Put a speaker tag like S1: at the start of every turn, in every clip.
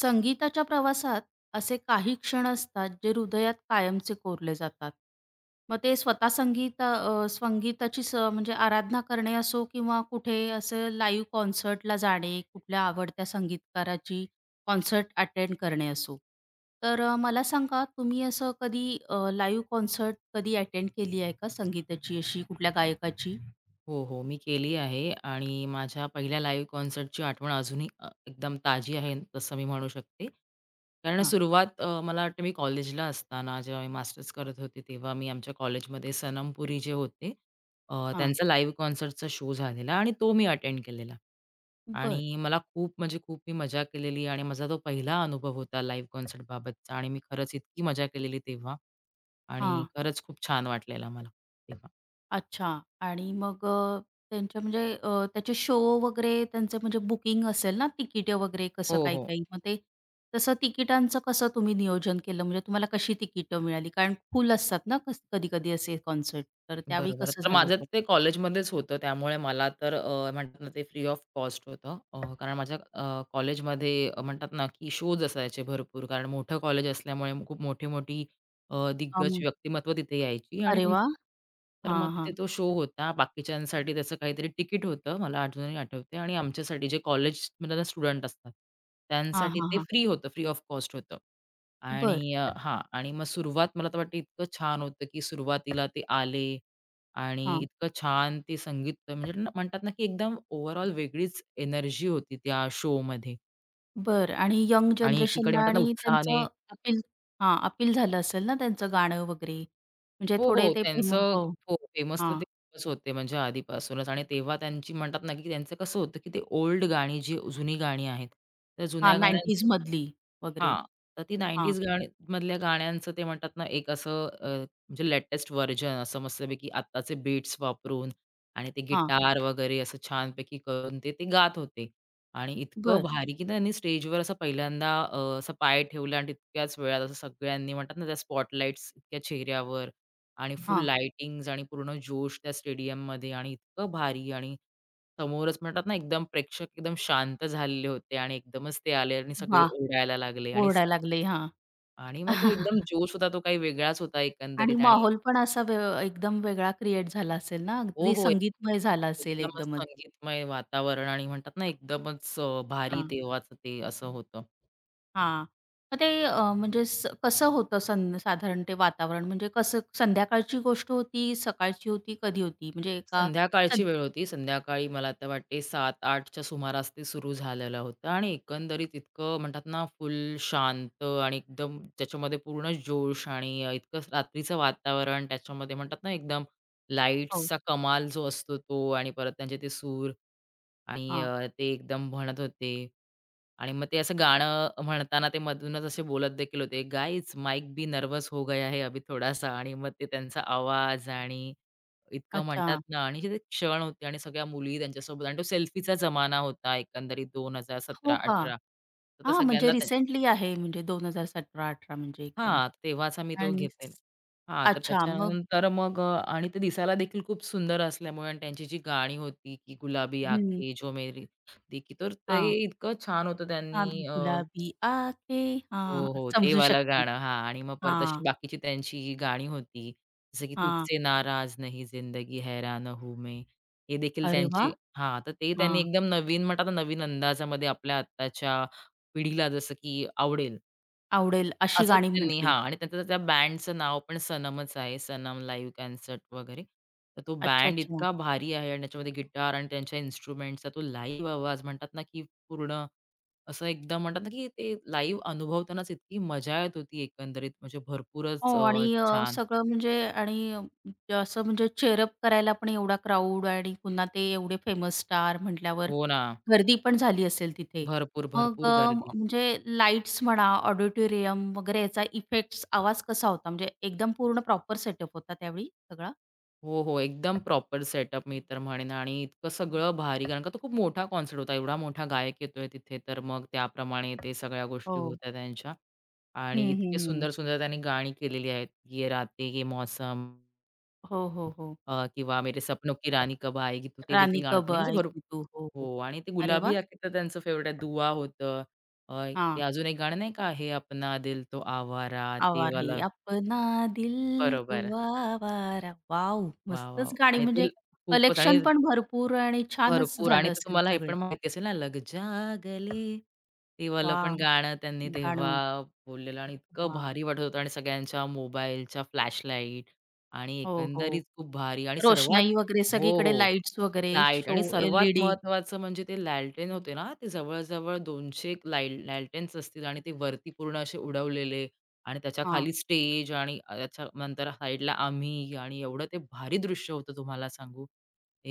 S1: संगीताच्या प्रवासात असे काही क्षण असतात जे हृदयात कायमचे कोरले जातात. मग ते स्वतः संगीताची म्हणजे आराधना करणे असो किंवा कुठे असं लाईव्ह कॉन्सर्टला जाणे, कुठल्या आवडत्या संगीतकाराची कॉन्सर्ट अटेंड करणे असो. तर मला सांगा तुम्ही असं कधी लाईव्ह कॉन्सर्ट अटेंड केली आहे का संगीताची अशी कुठल्या गायकाची?
S2: हो, हो. मी केली आहे आणि माझ्या पहिल्या लाईव्ह कॉन्सर्टची आठवण अजूनही एकदम ताजी आहे, तसं मी म्हणू शकते. कारण
S1: हां,
S2: सुरुवात मला वाटतं मी कॉलेजला असताना जेव्हा मी मास्टर्स करत होते, तेव्हा मी आमच्या कॉलेजमध्ये सनम पुरी जे होते,
S1: हां.
S2: त्यांचा लाईव्ह कॉन्सर्टचा शो झालेला आणि तो मी अटेंड केलेला
S1: बरं.
S2: आणि मला खूप म्हणजे खूप मी मजा केलेली आणि माझा तो पहिला अनुभव होता लाईव्ह कॉन्सर्टबाबतचा आणि मी खरंच इतकी मजा केलेली तेव्हा आणि
S1: हां.
S2: खरंच खूप छान वाटलेलं मला तेव्हा.
S1: अच्छा. आणि मग अ, त्यांच्या म्हणजे अ, त्याचे शो वगैरे त्यांचं म्हणजे बुकिंग असेल ना, तिकीटे वगैरे कसं
S2: हो, हो.
S1: काही-काही. मग ते तसं तिकिटांचं कसं तुम्ही नियोजन केलं? म्हणजे तुम्हाला कशी तिकिटं मिळाली? कारण फुल असतात ना कस कधी-कधी असे कॉन्सर्ट. तर त्यावेळी
S2: बरोबर.
S1: कसं
S2: तर
S1: झालं
S2: माझं
S1: होतं?
S2: ते कॉलेजमध्येच होतं त्यामुळे मला तर म्हणतात ना ते फ्री ऑफ कॉस्ट होतं. कारण माझ्या कॉलेजमध्ये म्हणतात ना, की शोज असायचे भरपूर कारण मोठं कॉलेज असल्यामुळे खूप मोठी-मोठी दिग्गज
S1: अं,
S2: व्यक्तिमत्व तिथे यायची आणि
S1: अरे
S2: ती
S1: वाह!
S2: तर
S1: हां,
S2: मग तिथे
S1: हां.
S2: तो शो होता. बाकीच्यांसाठी त्याचं काहीतरी तिकीट होतं. मला अजूनही आठवते आणि आमच्यासाठी जे कॉलेजमधले स्टुडंट असतात
S1: हां,
S2: त्यांसाठी
S1: हां,
S2: ते
S1: हां.
S2: फ्री होतं. फ्री ऑफ कॉस्ट होतं. आणि
S1: बरं.
S2: हां आणि मग सुरुवात मला तर वाटतं इतकं छान होतं, की सुरुवातीला ते आले आणि
S1: हां.
S2: इतकं छान ते संगीत म्हणजे ना म्हणतात ना, की एकदम ओव्हरऑल वेगळीच एनर्जी होती त्या शो शोमध्ये
S1: बरं, आणि यंग
S2: आणि एकीकडे
S1: जनरेशनला
S2: म्हणतात ना,
S1: आणि
S2: उत्साहाने
S1: त्यांचं अपील हां, अपील झालं असेल ना त्यांचं गाणं वगैरे. म्हणजे
S2: हो,
S1: थोडे
S2: हो.
S1: ते फेम
S2: त्यांचं
S1: हो.
S2: हो, फेमस तर
S1: हां,
S2: तेव्हाच होते म्हणजे आधीपासूनच आणि तेव्हा त्यांची म्हणतात ना, की त्यांचं कसं होतं, की ते ओल्ड गाणी जी जुनी गाणी आहेत, त्या
S1: हां,
S2: जुन्या गाण्यांचं
S1: 90s मधली वगैरे.
S2: हां, तर ती
S1: हां,
S2: 90s गाणी मधल्या गाण्यांचं ते म्हणतात ना, एक असं म्हणजे लेटेस्ट व्हर्जन असं मस्तपैकी आत्ताचे बीट्स वापरून आणि ते
S1: हां.
S2: गिटार वगैरे असं छानपैकी करून ते गात होते. आणि इतकं
S1: बरं.
S2: भारी, की त्यांनी स्टेजवर असं पहिल्यांदा असा पाय ठेवला आणि तितक्याच वेळात असं सगळ्यांनी म्हणतात ना, त्या स्पॉटलाइट्स इतक्या चेहऱ्यावर आणि फुल
S1: हां.
S2: लाइटिंग्स आणि पूर्ण जोश त्या स्टेडियममध्ये आणि इतकं भारी आणि समोरच म्हणतात ना, एकदम प्रेक्षक एकदम शांत झालेले होते आणि एकदमच ते आले आणि सगळे
S1: वाह!
S2: ओरडायला लागले
S1: ओरडायला लागले. हां. आणि
S2: आणि मग तो एकदम जोश होता, तो काही वेगळाच होता एकंदरीत आणि
S1: माहोल पण असा एकदम वेगळा क्रिएट झाला असेल ना,
S2: हो,
S1: अगदी
S2: हो.
S1: संगीतमय झाला असेल
S2: एकदमच
S1: एकदमच.
S2: संगीतमय वातावरण आणि म्हणतात ना, एकदमच भारी
S1: हां,
S2: तेव्हाचं ते असं होतं.
S1: हां. मग ते म्हणजे कसं होतं साधारण ते वातावरण? म्हणजे कसं संध्याकाळची गोष्ट होती, सकाळची होती, कधी होती? म्हणजे एका सं
S2: संध्याकाळची वेळ होती. संध्याकाळी मला आता वाटते 7:00-8:00 च्या सुमारास ते सुरू झालेलं होतं आणि एकंदरीत इतकं म्हणतात ना, फुल शांत आणि एकदम त्याच्यामध्ये पूर्ण जोश आणि इतकं रात्रीचं वातावरण त्याच्यामध्ये म्हणतात ना, एकदम
S1: हो.
S2: लाईट्सचा कमाल जो असतो तो आणि परत त्यांचे ते सूर आणि
S1: हां.
S2: ते एकदम म्हणत होते. आणि मग ते असं गाणं म्हणताना ते मधूनच असे बोलत देखील होते, "गाईज माइक भी नर्व्हस हो गया है अभी थोडासा" आणि मग ते त्यांचा आवाज आणि इतकं म्हणतात
S1: अच्छा.
S2: ना आणि जे ते क्षण होते आणि सगळ्या मुली त्यांच्यासोबत आणि तो सेल्फीचा जमाना होता एकंदरीत
S1: हो का?
S2: 2017-18 तर आता
S1: हां, म्हणजे
S2: सगळ्यांना ते
S1: रिसेंटली आहे म्हणजे 2017-18 म्हणजे एकदम.
S2: हां, तेव्हाचा मी तो
S1: आणि
S2: घेतलेला. हां, तर
S1: अच्छा मग
S2: त्याच्यानंतर मग आणि ते दिसायला देखील खूप सुंदर असल्यामुळे आणि त्यांची जी गाणी होती की गुलाबी
S1: हं.
S2: आँखें जो मेरी देखी तर ते
S1: हां.
S2: इतकं छान होतं
S1: "चांदूर
S2: त्यांनी
S1: गुलाबी आते." हां,
S2: हो, हो. ते
S1: समजू
S2: वालं
S1: शकते.
S2: गाणं. हां आणि मग परत अशी
S1: हां,
S2: बाकीची त्यांची ही गाणी होती. जसं की
S1: हां.
S2: तुझसे नाराज नहीं जिंदगी हैरान हूँ मैं. हे देखील
S1: अरे
S2: त्यांची
S1: वाह!
S2: हां, तर ते त्यांनी
S1: हां,
S2: एकदम नवीन म्हणतात ना, नवीन अंदाजामध्ये आपल्या आत्ताच्या पिढीला जसं की आवडेल
S1: आवडेल अशी
S2: असंच
S1: गाणी
S2: त्यांनी
S1: म्हटली.
S2: हां आणि त्यांचं त्या बँडचं नाव पण सनमच आहे. सनम लाईव्ह कॉन्सर्ट वगैरे. तर तो
S1: अच्छा,
S2: बँड
S1: अच्छा.
S2: इतका भारी आहे आणि त्याच्यामध्ये गिटार आणि त्यांच्या इन्स्ट्रुमेंट्सचा तो लाईव्ह आवाज म्हणतात ना, की पूर्ण असं एकदम म्हणतात ना, की ते लाईव्ह अनुभवतानाच इतकी मजा येत होती एकंदरीत म्हणजे
S1: हो
S2: भरपूरच
S1: आणि अ,
S2: छान.
S1: सगळं म्हणजे. आणि असं म्हणजे चेअरअप करायला पण एवढा क्राउड आणि पुन्हा ते एवढे फेमस स्टार म्हटल्यावर
S2: हो ना.
S1: गर्दी पण झाली असेल तिथे.
S2: भरपूर,
S1: मग
S2: भरपूर
S1: अ,
S2: गर्दी.
S1: म्हणजे लाईट्स म्हणा, ऑडिटोरियम वगैरे याचा इफेक्ट्स आवाज कसा होता? म्हणजे एकदम पूर्ण प्रॉपर सेटअप होता त्यावेळी सगळा?
S2: हो, हो. एकदम प्रॉपर सेटअप मी तर म्हणेन आणि इतकं सगळं भारी कारण का तो खूप मोठा कॉन्सर्ट होता. एवढा मोठा गायक येतोय तिथे तर मग त्याप्रमाणे ते सगळ्या गोष्टी
S1: हो.
S2: होत्या त्यांच्या आणि
S1: हं, हं,
S2: इतके
S1: हं.
S2: सुंदर-सुंदर त्यांनी गाणी केलेली आहेत. "ये रातें ये मौसम"
S1: हो, हो, हो.
S2: किंवा "मेरे सपनों की रानी कब आएगी तू" ते देखील
S1: राणी
S2: गाणं
S1: कब
S2: त्यांनी म्हणजे
S1: आई
S2: भरपूर
S1: तू तू हो, हो.
S2: हो आणि ते
S1: अरे
S2: गुलाबी
S1: वाह!
S2: आँखें तर त्यांचं फेव्हरेट आहे. "दुआ" होतं. अ, ते
S1: हां.
S2: अजून एक गाणं नाही का, "है अपना दिल तो आवारा" ते
S1: आवार है
S2: वालं.
S1: अपना दिल तो
S2: बरोबर.
S1: आवारा. वॉव!
S2: वाह, वाह!
S1: मस्तच गाणी
S2: आणि ते
S1: म्हणजे
S2: खूपच आणि
S1: कलेक्शन पण भरपूर आणि छानच
S2: भरपूर आणि
S1: झालं
S2: ते
S1: असेल
S2: तुम्हाला हे
S1: सगळे.
S2: पण माहिती असेल ना, लग जा गले ते वालं पण
S1: वाह!
S2: गाणं त्यांनी
S1: गाणं.
S2: तेव्हा बोललेलं आणि इतकं
S1: वाह!
S2: भारी वाटत होतं आणि सगळ्यांच्या मोबाईलच्या फ्लॅशलाईट आणि
S1: हो, हो.
S2: एकंदरीत खूप भारी आणि सर्वात
S1: रोषणाई वगैरे
S2: हो,
S1: सगळीकडे
S2: हो.
S1: लाईट्स वगैरे
S2: लाईट
S1: शो.
S2: आणि सर्वात
S1: एल-ई-डी.
S2: महत्त्वाचं म्हणजे ते लॅलटेन होते ना, ते जवळ-जवळ 200 लाईल लॅलटेन्स असतील आणि ते वरती पूर्ण असे उडवलेले आणि त्याच्या
S1: हां,
S2: खाली स्टेज आणि त्याच्यानंतर साईडला आम्ही आणि एवढं ते भारी दृश्य होतं तुम्हाला सांगू.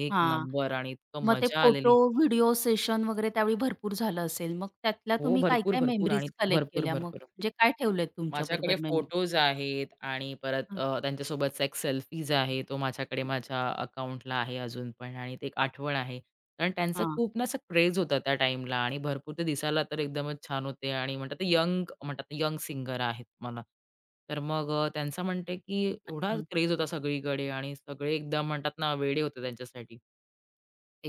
S2: एक नंबर आणि इतकं
S1: मग ते
S2: मजा
S1: फोटो
S2: आलेली.
S1: व्हिडिओ सेशन वगैरे त्यावेळी भरपूर झालं असेल. मग त्यातल्या
S2: हो,
S1: तुम्ही
S2: भरपूर,
S1: काय-काय
S2: भरपूर आणि
S1: मेमरीज कलेक्ट
S2: भरपूर,
S1: केल्या मग?
S2: भरपूर.
S1: म्हणजे काय ठेवलेत
S2: माझ्याकडे
S1: तुमच्याबरोबर मेमरी?
S2: फोटोज आहेत आणि परत
S1: हां,
S2: त्यांच्यासोबतचा एक सेल्फीज आहे. तो माझ्याकडे माझ्या अकाउंटला आहे अजून पण आणि ते एक आठवण आहे. कारण त्यांचा
S1: हां.
S2: खूप ना असा क्रेज होता त्या टाईमला आणि भरपूर ते दिसायला तर एकदमच छान होते आणि म्हणतात ते यंग म्हणतात ना यंग सिंगर आहेत मला. तर मग त्यांचा म्हणते की एवढा
S1: अच्छा.
S2: क्रेज होता सगळीकडे आणि सगळे एकदम म्हणतात ना वेडे होते त्यांच्यासाठी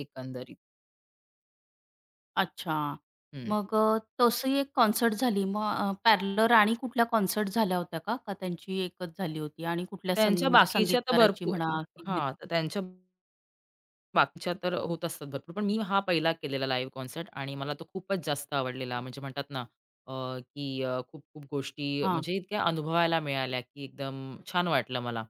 S2: एकंदरीत.
S1: अच्छा.
S2: हं.
S1: मग तशी एक कॉन्सर्ट झाली. मग पॅरलर आणि कुठल्या कॉन्सर्ट झाल्या होत्या का? का त्यांची एकच झाली होती? आणि कुठल्या संग
S2: त्यांच्या
S1: म्हणजे
S2: बाकीच्या तर
S1: संगीतकाराची
S2: भरपूर
S1: म्हणा
S2: हां, तर त्यांच्या बाकीच्या तर होत असतात भरपूर. पण मी हा पहिला केलेला लाईव्ह कॉन्सर्ट आणि मला तो खूपच जास्त आवडलेला. म्हणजे म्हणतात ना, अ, की खूप-खूप गोष्टी
S1: हां.
S2: म्हणजे इतक्या अनुभवायला मिळाल्या, की एकदम छान वाटलं मला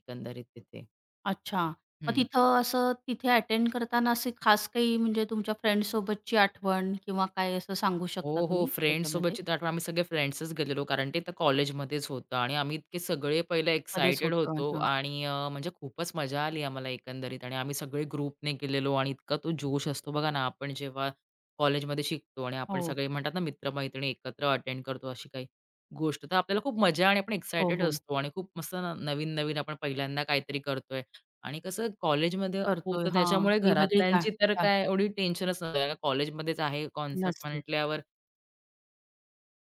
S2: एकंदरीत तिथे.
S1: अच्छा. मग
S2: हं.
S1: तिथं असं तिथे अटेंड करताना असे खास काही म्हणजे तुमच्या फ्रेंडसोबतची आठवण किंवा काय असं सांगू
S2: हो,
S1: शकता
S2: हो.
S1: तुम्ही त्याच्यामध्ये?
S2: फ्रेंड्ससोबतची तर आठवण आम्ही सगळे फ्रेंड्सच गेलेलो कारण ते तर कॉलेजमध्येच होतं आणि आम्ही इतके सगळे पहिले
S1: मध्येच
S2: एक्सायटेड
S1: होतं
S2: होतो
S1: हां.
S2: आणि म्हणजे खूपच मजा आली आम्हाला एकंदरीत आणि आम्ही सगळे ग्रुपने गेलेलो आणि इतका तो जोश असतो बघा ना, आपण जेव्हा कॉलेजमध्ये शिकतो आणि आपण
S1: हो.
S2: सगळे म्हणतात ना, मित्र एकत्र अटेंड करतो अशी काही गोष्ट. तर आपल्याला खूप मजा आणि आपण
S1: हो,
S2: एक्सायटेड
S1: हो.
S2: असतो आणि खूप मस्त न नवीन-नवीन आपण पहिल्यांदा काहीतरी करतोय आणि कसं कॉलेजमध्ये
S1: करतोय.
S2: होतं
S1: हां.
S2: त्याच्यामुळे
S1: वेगवेगळी गा
S2: घरातल्यांची तर
S1: गा
S2: काय एवढी टेन्शनच नसतं. कॉलेजमध्येच आहे कॉन्सर्ट
S1: नसते.
S2: म्हटल्यावर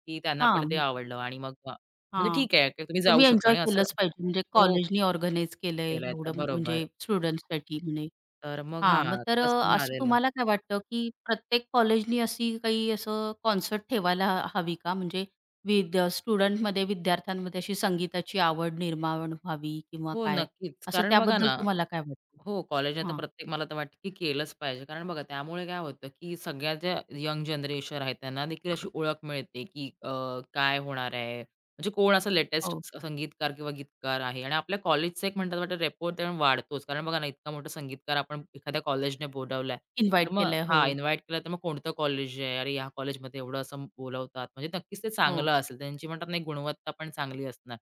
S2: की त्यांना पण ते
S1: हां.
S2: आवडलं आणि मग म्हणजे
S1: हां.
S2: ठीक आहे, की तुम्ही जाऊ
S1: तुम्ही
S2: शकता
S1: एन्जॉय
S2: आणि असं
S1: केलंच पाहिजे. म्हणजे
S2: हो,
S1: कॉलेजनी ऑर्गनाइज केलंय
S2: केलाय तर
S1: एवढं म्हणजे
S2: बरोबर.
S1: स्टुडंट्ससाठी म्हणे.
S2: तर मग
S1: हां,
S2: हां,
S1: मग तर
S2: तसं
S1: अ, असं
S2: झालेलं.
S1: तुम्हाला काय वाटतं, की प्रत्येक कॉलेजनी अशी काही असं कॉन्सर्ट ठेवायला हवी का? म्हणजे विद्यार्थ्यांमध्ये अशी संगीताची आवड निर्माण व्हावी किंवा
S2: हो,
S1: काय?
S2: नक्कीच.
S1: असं
S2: कारण बघा
S1: त्याबद्दल
S2: ना
S1: तुम्हाला काय वाटतं?
S2: हो, कॉलेजने तर
S1: हां,
S2: प्रत्येक मला तर वाटतं की केलंच पाहिजे. कारण बघा त्यामुळे काय होतं की सगळ्या ज्या यंग जनरेशन आहेत त्यांना देखील अशी ओळख मिळते की काय होणार आहे. म्हणजे कोण असं लेटेस्ट
S1: हो.
S2: संगीतकार किंवा गीतकार आहे आणि आपल्या कॉलेजचं एक म्हणतात वाटतं रेपो त्याने वाढतोच. कारण बघा ना इतका मोठा संगीतकार आपण एखाद्या कॉलेजने बोलावलाय. तर
S1: इन्व्हाईट
S2: मग
S1: केलंय. हो.
S2: हां, इन्व्हाईट केलं तर मग कोणतं कॉलेज आहे? अरे ह्या कॉलेजमध्ये एवढं असं बोलवतात. म्हणजे नक्कीच ते चांगलं
S1: हो.
S2: असेल. त्यांची म्हणतात ना गुणवत्ता पण चांगली असणार,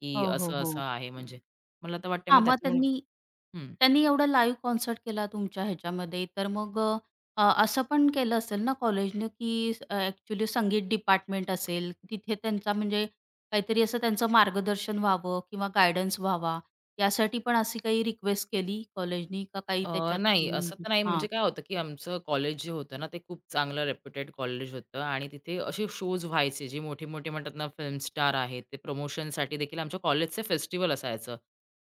S2: की
S1: हो, हो,
S2: असं-असं
S1: हो.
S2: आहे म्हणजे. मला तर वाटतंय
S1: हां,
S2: मग
S1: मग
S2: त्याच्यामुळे
S1: त्यांनी त्यांनी एवढा लाईव्ह कॉन्सर्ट केला तुमच्या ह्याच्यामध्ये, तर मग अ, अ, असं पण केलं असेल ना कॉलेजनं, की ॲक्चुअली संगीत डिपार्टमेंट असेल, तिथे त्यांचा म्हणजे काहीतरी असं त्यांचं मार्गदर्शन व्हावं किंवा गाईडन्स व्हावा, यासाठी पण अशी काही रिक्वेस्ट केली कॉलेजनी का काही त्याच्यात
S2: नाही असं
S1: म्हणजे
S2: तर नाही
S1: हां.
S2: म्हणजे काय होतं, की आमचं कॉलेज जे होतं ना, ते खूप चांगलं रेप्युटेड कॉलेज होतं आणि तिथे असे शोज व्हायचे जे मोठे-मोठे म्हणतात ना फिल्म स्टार आहेत. ते प्रमोशनसाठी देखील आमच्या कॉलेजचं फेस्टिव्हल असायचं.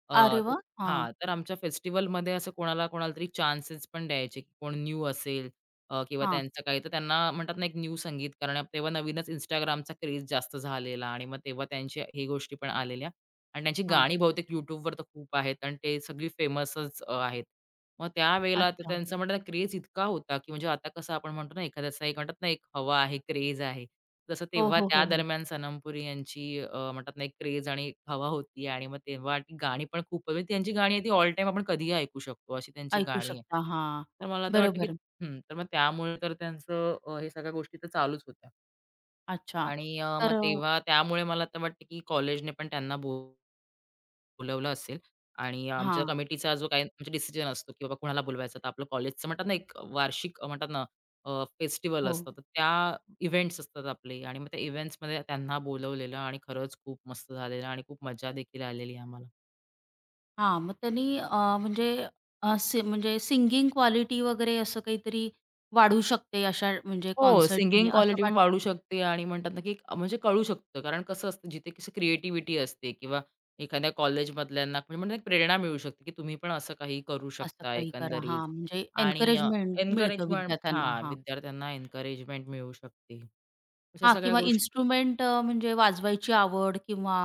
S2: अ,
S1: अरे वाह! हां,
S2: हां, तर आमच्या फेस्टिव्हलमध्ये असं कोणाला कोणाला तरी चान्सेस पण द्यायचे, की कोण न्यू असेल किंवा
S1: हां,
S2: त्यांचं काही तर त्यांना म्हणतात ना, एक न्यू संगीतकार आणि तेव्हा नवीनच Instagramचा क्रेज जास्त झालेला आणि मग तेव्हा त्यांच्या हे गोष्टी पण आलेल्या आणि त्यांची
S1: हां.
S2: गाणी बहुतेक YouTubeवर तर खूप आहेत आणि ते सगळी फेमसच आहेत. मग त्यावेळेला तर
S1: अच्छा.
S2: त्यांचा म्हणतात ना इतका होता, की म्हणजे आता कसं आपण म्हणतो ना, एखाद्याचा एक म्हणतात ना, एक हवा आहे, क्रेझ आहे. तसं
S1: हो,
S2: तेव्हा
S1: हो,
S2: त्या
S1: हो, हो.
S2: दरम्यान सनमपुरी यांची म्हणतात ना, एक क्रेझ आणि हवा होती आणि मग तेव्हा ती गाणी पण खूप म्हणजे त्यांची गाणी आहे ती ऑल टाईम आपण कधीही ऐकू शकतो, अशी त्यांची
S1: ऐकू
S2: गाणी आहे.
S1: शकता. हां.
S2: तर मला आता वाटतं, की
S1: बरोबर.
S2: हं, तर मग त्यामुळे तर त्यांचं हे सगळ्या गोष्टी तर चालूच होत्या
S1: अच्छा.
S2: आणि मग
S1: तर
S2: तेव्हा त्यामुळे मला आता वाटतं, की कॉलेजने पण त्यांना बोलावलं असेल आणि आमच्या
S1: हां.
S2: कमिटीचा जो काही आमचा डिसिजन असतो की बाबा कुणाला बोलवायचं. तर आपलं कॉलेजचं म्हणतात ना, एक वार्षिक म्हणतात ना, फेस्टिव्हल
S1: हो.
S2: असतं. तर त्या इव्हेंट्स असतात आपले आणि मग त्या इव्हेंट्समध्ये त्यांना बोलवलेलं आणि खरंच खूप मस्त झालेलं आणि खूप मजा देखील आलेली आम्हाला.
S1: हां, मग त्यांनी अ, म्हणजे अ, सि म्हणजे सिंगिंग क्वालिटी वगैरे असं काहीतरी वाढू शकते अशा म्हणजे
S2: हो,
S1: कॉन्सर्टनी
S2: सिंगिंग
S1: असं
S2: क्वालिटी पण
S1: वाटतं
S2: वाढू
S1: का?
S2: शकते आणि म्हणतात ना, की म्हणजे कळू शकतं. कारण कसं असतं, जिथे कशी क्रिएटिव्हिटी असते किंवा एखाद्या कॉलेजमधल्यांना म्हणजे म्हणतात ना, प्रेरणा मिळू शकते, की तुम्ही पण असं काही करू
S1: असं
S2: शकता
S1: काही करा.
S2: एकंदरीत
S1: हां, म्हणजे
S2: आणि
S1: एन्करेजमेंट मिळतं
S2: एन्करेजमेंट
S1: विद्यार्थ्यांना.
S2: हां,
S1: हां.
S2: विद्यार्थ्यांना एन्करेजमेंट मिळू शकते. अशा
S1: हां,
S2: सगळ्या
S1: किंवा
S2: गोष्टी
S1: इन्स्ट्रुमेंट अ, म्हणजे वाजवायची आवड किंवा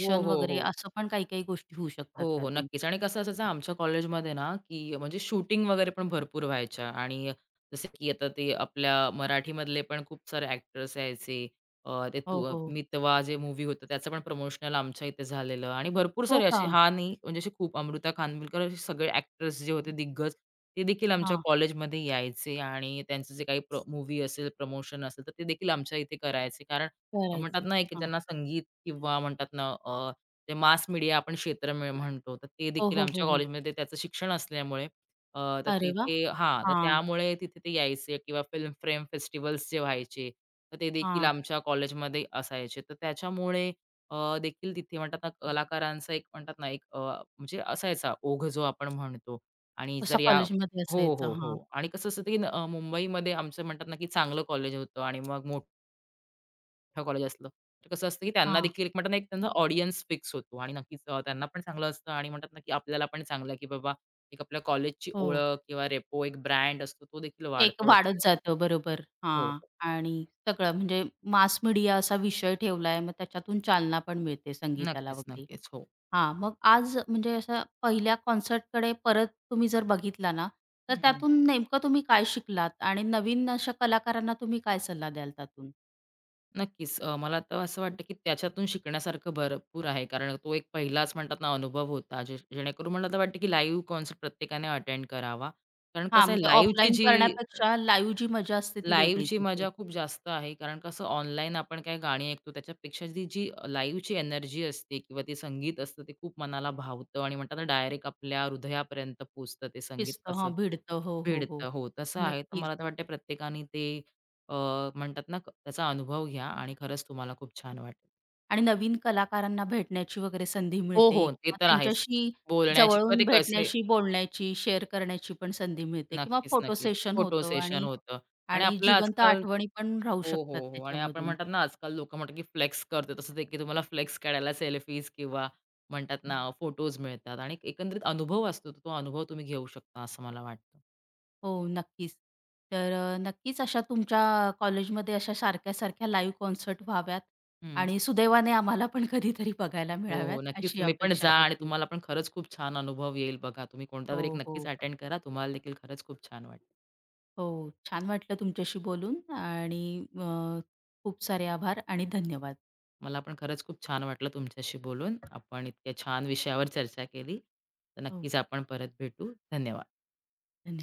S2: हो, हो,
S1: वगैरे
S2: हो.
S1: असं पण काही-काही गोष्टी होऊ
S2: हो,
S1: शकतात
S2: हो.
S1: त्यातून.
S2: नक्कीच आणि कसं असायचं आमच्या कॉलेजमध्ये ना, की म्हणजे शूटिंग वगैरे पण भरपूर व्हायच्या आणि जसं की आता ते आपल्या मराठीमधले पण खूप सारे ॲक्टर्स यायचे. ते
S1: हो,
S2: तू
S1: हो.
S2: मितवा जे मूव्ही होतं त्याचं पण प्रमोशनल आमच्या इथे झालेलं आणि भरपूर
S1: हो
S2: सारे
S1: का?
S2: असे हा नाही म्हणजे असे खूप अमृता खानविलकर असे सगळे ॲक्टर्स जे होते दिग्गज, ते देखील आमच्या
S1: हां,
S2: कॉलेजमध्ये यायचे आणि त्यांचं जे काही प्र असेल, प्रमोशन असेल, तर ते देखील आमच्या इथे करायचे कारण म्हणतात
S1: करायची.
S2: ना, एक
S1: हां.
S2: ज्यांना संगीत किंवा म्हणतात ना, ते मास मीडिया आपण क्षेत्र म्हणतो, तर ते
S1: हो,
S2: देखील
S1: हो, हो,
S2: आमच्या
S1: हो.
S2: कॉलेजमध्ये ते त्याचं शिक्षण असल्यामुळे अ, तर
S1: अरे वाह!
S2: तिथे हां, तर
S1: हां,
S2: त्यामुळे तिथे ते यायचे किंवा फिल्म फ्रेम फेस्टिव्हल्स जे व्हायचे, तर ते देखील
S1: हां.
S2: आमच्या कॉलेजमध्ये असायचे. तर त्याच्यामुळे देखील तिथे म्हणतात ना, कलाकारांचा एक म्हणतात ना, एक म्हणजे असायचा ओघ जो आपण म्हणतो आणि जर
S1: तसा
S2: या
S1: कॉलेजमध्ये
S2: हो,
S1: असायचा.
S2: हो, हो.
S1: हां,
S2: आणि कसं असतं, की मुंबईमध्ये आमचं म्हणतात ना, की चांगलं कॉलेज होतं आणि मग मोठं कॉलेज असलं, तर कसं असतं की त्यांना
S1: हां.
S2: देखील एक म्हणतात ना, एक त्यांचा ऑडियन्स फिक्स होतो आणि नक्कीच त्यांना पण चांगलं असतं आणि म्हणतात ना, की आपल्याला पण चांगलं, की बाबा एक आपल्या कॉलेजची
S1: हो.
S2: ओळख किंवा रेपो एक ब्रँड असतो, तो देखील
S1: एक
S2: वाढतो असा.
S1: वाढत जातं, बरोबर.
S2: हो, हो.
S1: हां. आणि सगळं म्हणजे मास मीडिया असा विषय ठेवलाय, मग त्याच्यातून चालना पण मिळते संगीताला
S2: नक्कीच,
S1: वगैरे.
S2: नक्कीच. हो.
S1: हां, मग आज म्हणजे असं पहिल्या कॉन्सर्टकडे परत तुम्ही जर बघितला ना, तर
S2: हं, हं.
S1: त्यातून नेमकं तुम्ही काय शिकलात? आणि नवीन अशा कलाकारांना तुम्ही काय सल्ला द्याल त्यातून?
S2: नक्कीच. मला तर असं वाटतं, की त्याच्यातून शिकण्यासारखं भरपूर आहे. कारण तो एक पहिलाच म्हणतात ना, अनुभव होता. जे जेणेकरून मला तर वाटतं, की लाईव्ह कॉन्सर्ट प्रत्येकाने अटेंड करावा. कारण
S1: हां,
S2: कसं आहे
S1: म्हणजे
S2: लाईव्हची
S1: ऑफलाईन
S2: जी
S1: करण्यापेक्षा लाईव्ह जी मजा असते ती वेगळीच
S2: लाईव्हची
S1: असते.
S2: मजा खूप जास्त आहे. कारण कसं ऑनलाईन आपण काही गाणी ऐकतो त्याच्यापेक्षा ती जी लाईव्हची एनर्जी असते किंवा ते संगीत असतं ते खूप मनाला भावतं आणि म्हणतात ना डायरेक्ट आपल्या हृदयापर्यंत पोहोचतं ते संगीत
S1: पिसतं हां,
S2: असं
S1: भिडतं. हो, हो, हो.
S2: भिडतं. हो, तसं आहे. तर
S1: नक्कीच.
S2: मला तर वाटतं प्रत्येकाने ते अ, म्हणतात ना त्याचा अनुभव घ्या आणि खरंच तुम्हाला खूप छान वाटेल.
S1: आणि नवीन कलाकारांना भेटण्याची वगैरे संधी
S2: हो,
S1: मिळते
S2: हो. ते
S1: किंवा
S2: तर आहेच.
S1: त्यांच्याशी
S2: बोलण्याची किंवा
S1: जवळून
S2: ते कसे
S1: भेटण्याशी, बोलण्याची, शेअर करण्याची पण संधी मिळते किंवा
S2: नक्कीच,
S1: फोटो
S2: नक्कीच.
S1: सेशन
S2: फोटो
S1: होतं
S2: सेशन
S1: आणि
S2: होतं आणि
S1: आणि
S2: आपलं
S1: जिवंत
S2: आजकाल
S1: आठवणी पण राहू
S2: हो,
S1: शकतात
S2: हो, हो. आणि आपण
S1: त्याच्यामधून.
S2: म्हणतात ना, आजकाल लोकं म्हणतात, की फ्लेक्स करते. तसंच आहे, की तुम्हाला फ्लेक्स काढायला सेल्फीज किंवा म्हणतात ना, फोटोज मिळतात आणि एक एकंदरीत अनुभव असतो. तो अनुभव तुम्ही घेऊ शकता, असं मला वाटतं.
S1: हो, नक्कीच. तर नक्कीच अशा तुमच्या कॉलेजमध्ये अशा सारख्या-सारख्या लाईव्ह कॉन्सर्ट व्हाव्यात
S2: हं.
S1: आणि सुदैवाने आम्हाला पण कधीतरी बघायला
S2: हो,
S1: मिळाव्यात
S2: हो. नक्कीच
S1: अशी
S2: तुम्ही पण
S1: अपेक्षा
S2: जा आणि
S1: करते.
S2: तुम्हाला पण खरंच खूप छान अनुभव येईल बघा. तुम्ही
S1: हो,
S2: कोणतातरी एक नक्कीच
S1: हो.
S2: अटेंड करा. तुम्हाला देखील खरंच खूप छान वाटेल.
S1: हो, छान वाटलं तुमच्याशी बोलून आणि अ, खूप सारे आभार आणि धन्यवाद.
S2: मला पण खरंच खूप छान वाटलं तुमच्याशी बोलून. आपण इतक्या छान विषयावर चर्चा केली. तर
S1: हो.
S2: नक्कीच आपण परत भेटू. धन्यवाद.
S1: धन्यवाद.